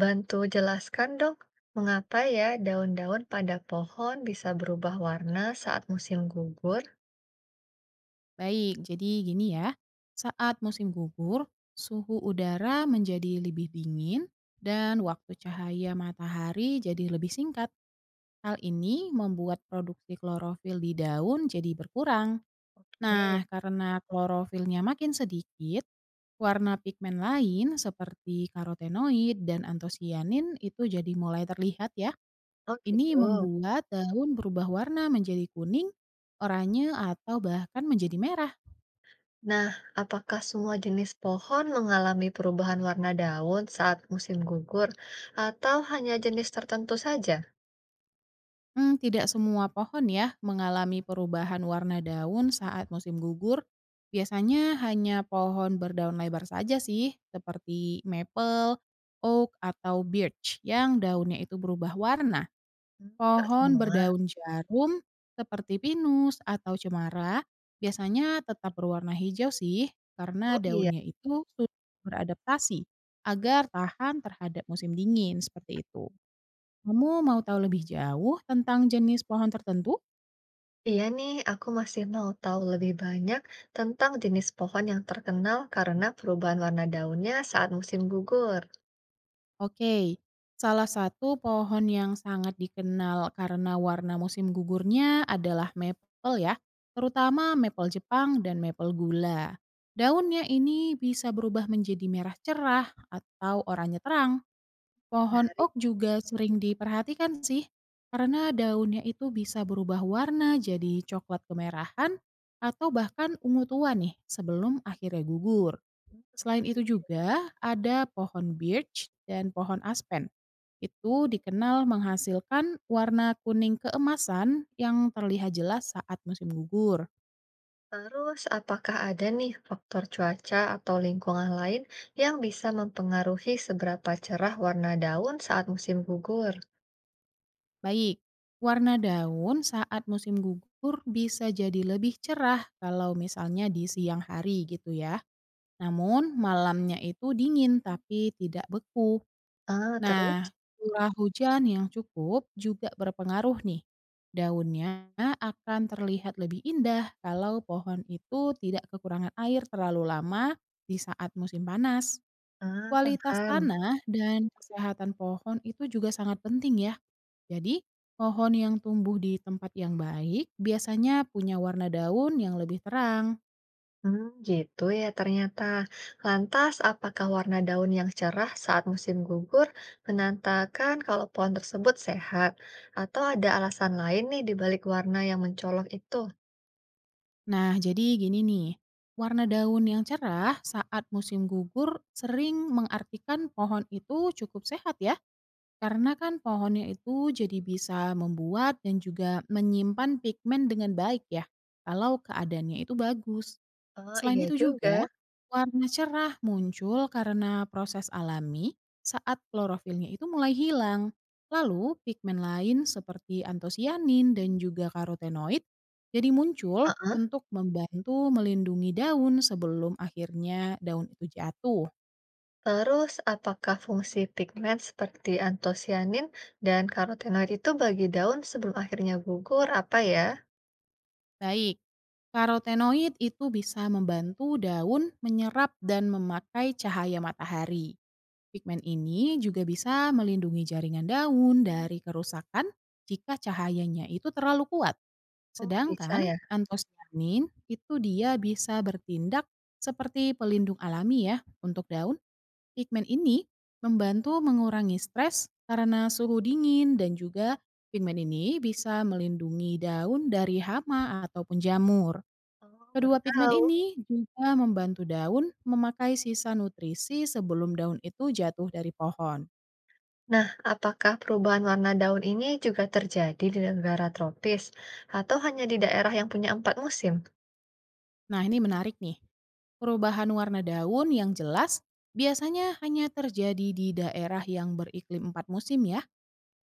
Bantu jelaskan dong, mengapa ya daun-daun pada pohon bisa berubah warna saat musim gugur? Baik, jadi gini ya. Saat musim gugur, suhu udara menjadi lebih dingin dan waktu cahaya matahari jadi lebih singkat. Hal ini membuat produksi klorofil di daun jadi berkurang. Nah, Eh, karena klorofilnya makin sedikit, warna pigmen lain seperti karotenoid dan antosianin itu jadi mulai terlihat ya. oh Ini gitu. membuat daun berubah warna menjadi kuning, oranye, atau bahkan menjadi merah. Nah, apakah semua jenis pohon mengalami perubahan warna daun saat musim gugur, atau hanya jenis tertentu saja? Tidak semua pohon ya mengalami perubahan warna daun saat musim gugur. Biasanya hanya pohon berdaun lebar saja sih, seperti maple, oak, atau birch yang daunnya itu berubah warna. Hmm, nggak Pohon semua. berdaun jarum seperti pinus atau cemara biasanya tetap berwarna hijau sih, karena Oh iya. daunnya itu sudah beradaptasi agar tahan terhadap musim dingin, seperti itu. Kamu mau tahu lebih jauh tentang jenis pohon tertentu? Iya nih, aku masih mau tahu lebih banyak tentang jenis pohon yang terkenal karena perubahan warna daunnya saat musim gugur. Oke, salah satu pohon yang sangat dikenal karena warna musim gugurnya adalah maple ya, terutama maple Jepang dan maple gula. Daunnya ini bisa berubah menjadi merah cerah atau oranye terang. Pohon Nah, oak juga sering diperhatikan sih, karena daunnya itu bisa berubah warna jadi coklat kemerahan atau bahkan ungu tua nih sebelum akhirnya gugur. Selain itu juga ada pohon birch dan pohon aspen. Itu dikenal menghasilkan warna kuning keemasan yang terlihat jelas saat musim gugur. terus, apakah ada nih faktor cuaca atau lingkungan lain yang bisa mempengaruhi seberapa cerah warna daun saat musim gugur? Baik, warna daun saat musim gugur bisa jadi lebih cerah kalau misalnya di siang hari gitu ya. Namun malamnya itu dingin tapi tidak beku. Ah, terus? Nah, curah hujan yang cukup juga berpengaruh nih. Daunnya akan terlihat lebih indah kalau pohon itu tidak kekurangan air terlalu lama di saat musim panas. Ah, Kualitas paham. tanah dan kesehatan pohon itu juga sangat penting ya. Jadi, pohon yang tumbuh di tempat yang baik biasanya punya warna daun yang lebih terang. Hmm, gitu ya ternyata. Lantas, apakah warna daun yang cerah saat musim gugur menandakan kalau pohon tersebut sehat? Atau ada alasan lain nih di balik warna yang mencolok itu? Nah, jadi gini nih, warna daun yang cerah saat musim gugur sering mengartikan pohon itu cukup sehat ya. Karena kan pohonnya itu jadi bisa membuat dan juga menyimpan pigmen dengan baik ya. Kalau keadaannya itu bagus. Oh, Selain iya itu juga, juga. warna cerah muncul karena proses alami saat klorofilnya itu mulai hilang. Lalu pigmen lain seperti antosianin dan juga karotenoid jadi muncul Heeh. untuk membantu melindungi daun sebelum akhirnya daun itu jatuh. Terus, apakah fungsi pigmen seperti antosianin dan karotenoid itu bagi daun sebelum akhirnya gugur apa ya? Baik, karotenoid itu bisa membantu daun menyerap dan memakai cahaya matahari. Pigmen ini juga bisa melindungi jaringan daun dari kerusakan jika cahayanya itu terlalu kuat. Oh, bisa Sedangkan ya? antosianin itu dia bisa bertindak seperti pelindung alami ya untuk daun. Pigmen ini membantu mengurangi stres karena suhu dingin dan juga pigmen ini bisa melindungi daun dari hama ataupun jamur. Oh, Kedua baru pigmen tahu. ini juga membantu daun memakai sisa nutrisi sebelum daun itu jatuh dari pohon. Nah, apakah perubahan warna daun ini juga terjadi di negara tropis atau hanya di daerah yang punya empat musim? Nah, ini menarik nih. Perubahan warna daun yang jelas biasanya hanya terjadi di daerah yang beriklim empat musim ya.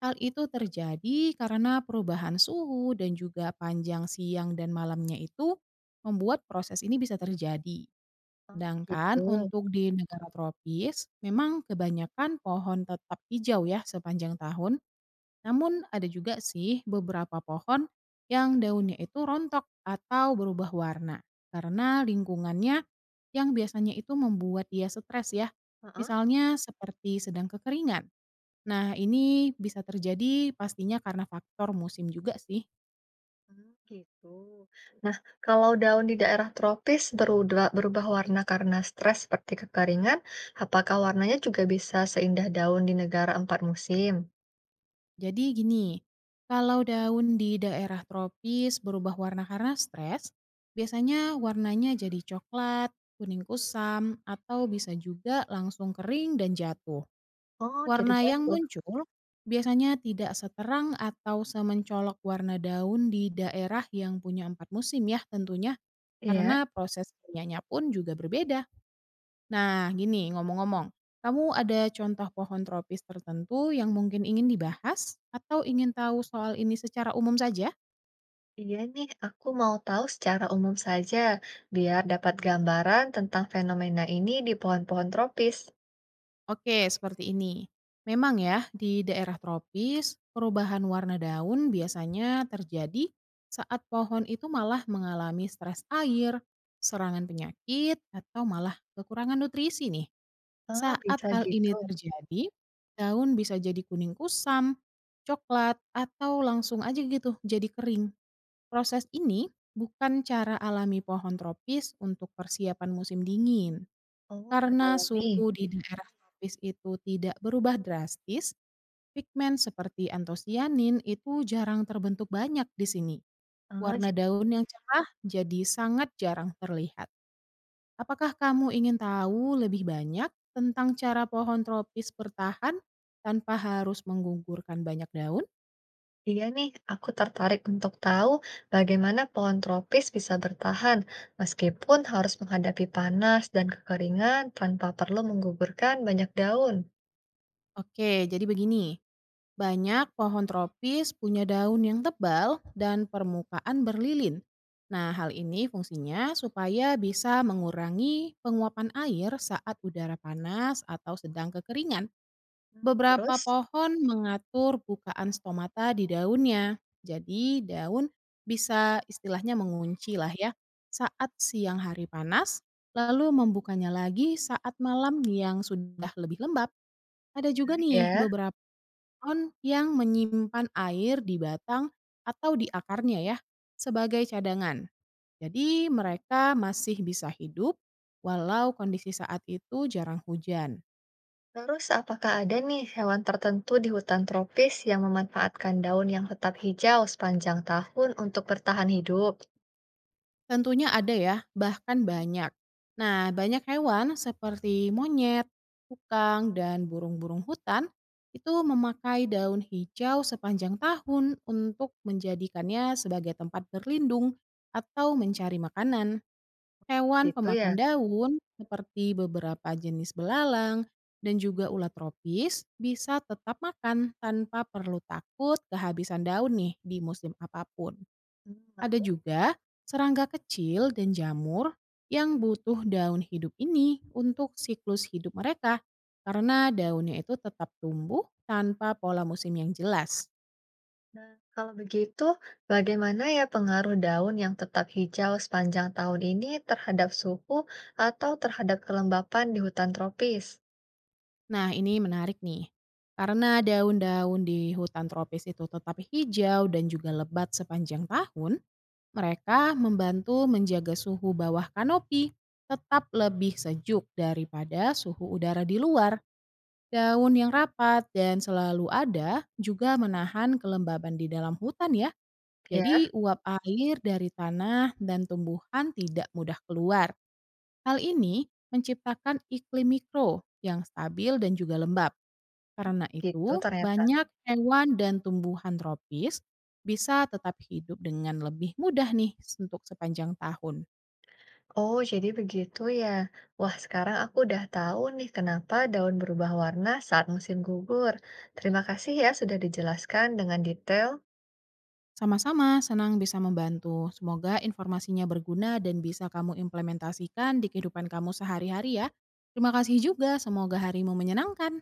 Hal itu terjadi karena perubahan suhu dan juga panjang siang dan malamnya itu membuat proses ini bisa terjadi. Sedangkan Gitu. untuk di negara tropis, memang kebanyakan pohon tetap hijau ya sepanjang tahun. Namun ada juga sih beberapa pohon yang daunnya itu rontok atau berubah warna karena lingkungannya yang biasanya itu membuat dia stres ya. Heeh. Misalnya seperti sedang kekeringan. Nah, ini bisa terjadi pastinya karena faktor musim juga sih. Hmm, gitu. Nah, kalau daun di daerah tropis berubah warna karena stres seperti kekeringan, apakah warnanya juga bisa seindah daun di negara empat musim? Jadi gini, kalau daun di daerah tropis berubah warna karena stres, biasanya warnanya jadi coklat, kuning kusam, atau bisa juga langsung kering dan jatuh. Oh, jadi Warna yang jatuh. muncul biasanya tidak seterang atau semencolok warna daun di daerah yang punya empat musim ya tentunya, Iya. karena proses kimianya pun juga berbeda. Nah gini, ngomong-ngomong, kamu ada contoh pohon tropis tertentu yang mungkin ingin dibahas? Atau ingin tahu soal ini secara umum saja? Iya nih, aku mau tahu secara umum saja, biar dapat gambaran tentang fenomena ini di pohon-pohon tropis. Oke, seperti ini. Memang ya, di daerah tropis, perubahan warna daun biasanya terjadi saat pohon itu malah mengalami stres air, serangan penyakit, atau malah kekurangan nutrisi nih. Oh, Saat bisa hal gitu. ini terjadi, daun bisa jadi kuning kusam, coklat, atau langsung aja gitu jadi kering. Proses ini bukan cara alami pohon tropis untuk persiapan musim dingin. Oh, nggak Karena alami. suhu di daerah tropis itu tidak berubah drastis, pigmen seperti antosianin itu jarang terbentuk banyak di sini. Oh, ja- Warna daun yang cerah jadi sangat jarang terlihat. Apakah kamu ingin tahu lebih banyak tentang cara pohon tropis bertahan tanpa harus menggugurkan banyak daun? iya nih, aku tertarik untuk tahu bagaimana pohon tropis bisa bertahan meskipun harus menghadapi panas dan kekeringan tanpa perlu menggugurkan banyak daun. Oke, jadi begini. Banyak pohon tropis punya daun yang tebal dan permukaan berlilin. Nah, hal ini fungsinya supaya bisa mengurangi penguapan air saat udara panas atau sedang kekeringan. Beberapa Terus, pohon mengatur bukaan stomata di daunnya. Jadi, daun bisa istilahnya mengunci lah ya saat siang hari panas, lalu membukanya lagi saat malam yang sudah lebih lembab. Ada juga menarik nih ya. beberapa pohon yang menyimpan air di batang atau di akarnya ya, sebagai cadangan. Jadi mereka masih bisa hidup walau kondisi saat itu jarang hujan. Terus, apakah ada nih hewan tertentu di hutan tropis yang memanfaatkan daun yang tetap hijau sepanjang tahun untuk bertahan hidup? Tentunya ada ya, bahkan banyak. Nah, banyak hewan seperti monyet, kukang, dan burung-burung hutan itu memakai daun hijau sepanjang tahun untuk menjadikannya sebagai tempat berlindung atau mencari makanan. Hewan Gitu ya. pemakan daun, seperti beberapa jenis belalang dan juga ulat tropis, bisa tetap makan tanpa perlu takut kehabisan daun nih di musim apapun. Hmm, Ada juga serangga kecil dan jamur yang butuh daun hidup ini untuk siklus hidup mereka karena daunnya itu tetap tumbuh tanpa pola musim yang jelas. nah, kalau begitu, bagaimana ya pengaruh daun yang tetap hijau sepanjang tahun ini terhadap suhu atau terhadap kelembapan di hutan tropis? Nah, ini menarik nih. Karena daun-daun di hutan tropis itu tetap hijau dan juga lebat sepanjang tahun, mereka membantu menjaga suhu bawah kanopi tetap lebih sejuk daripada suhu udara di luar. Daun yang rapat dan selalu ada juga menahan kelembaban di dalam hutan ya. Ya, Jadi uap air dari tanah dan tumbuhan tidak mudah keluar. Hal ini menciptakan iklim mikro yang stabil dan juga lembab. Karena itu, gitu ternyata. banyak hewan dan tumbuhan tropis bisa tetap hidup dengan lebih mudah nih untuk sepanjang tahun. Oh, jadi begitu ya. Wah, sekarang aku udah tahu nih kenapa daun berubah warna saat musim gugur. Terima kasih ya sudah dijelaskan dengan detail. Sama-sama senang bisa membantu. Semoga informasinya berguna dan bisa kamu implementasikan di kehidupan kamu sehari-hari ya. Terima kasih juga, semoga harimu menyenangkan.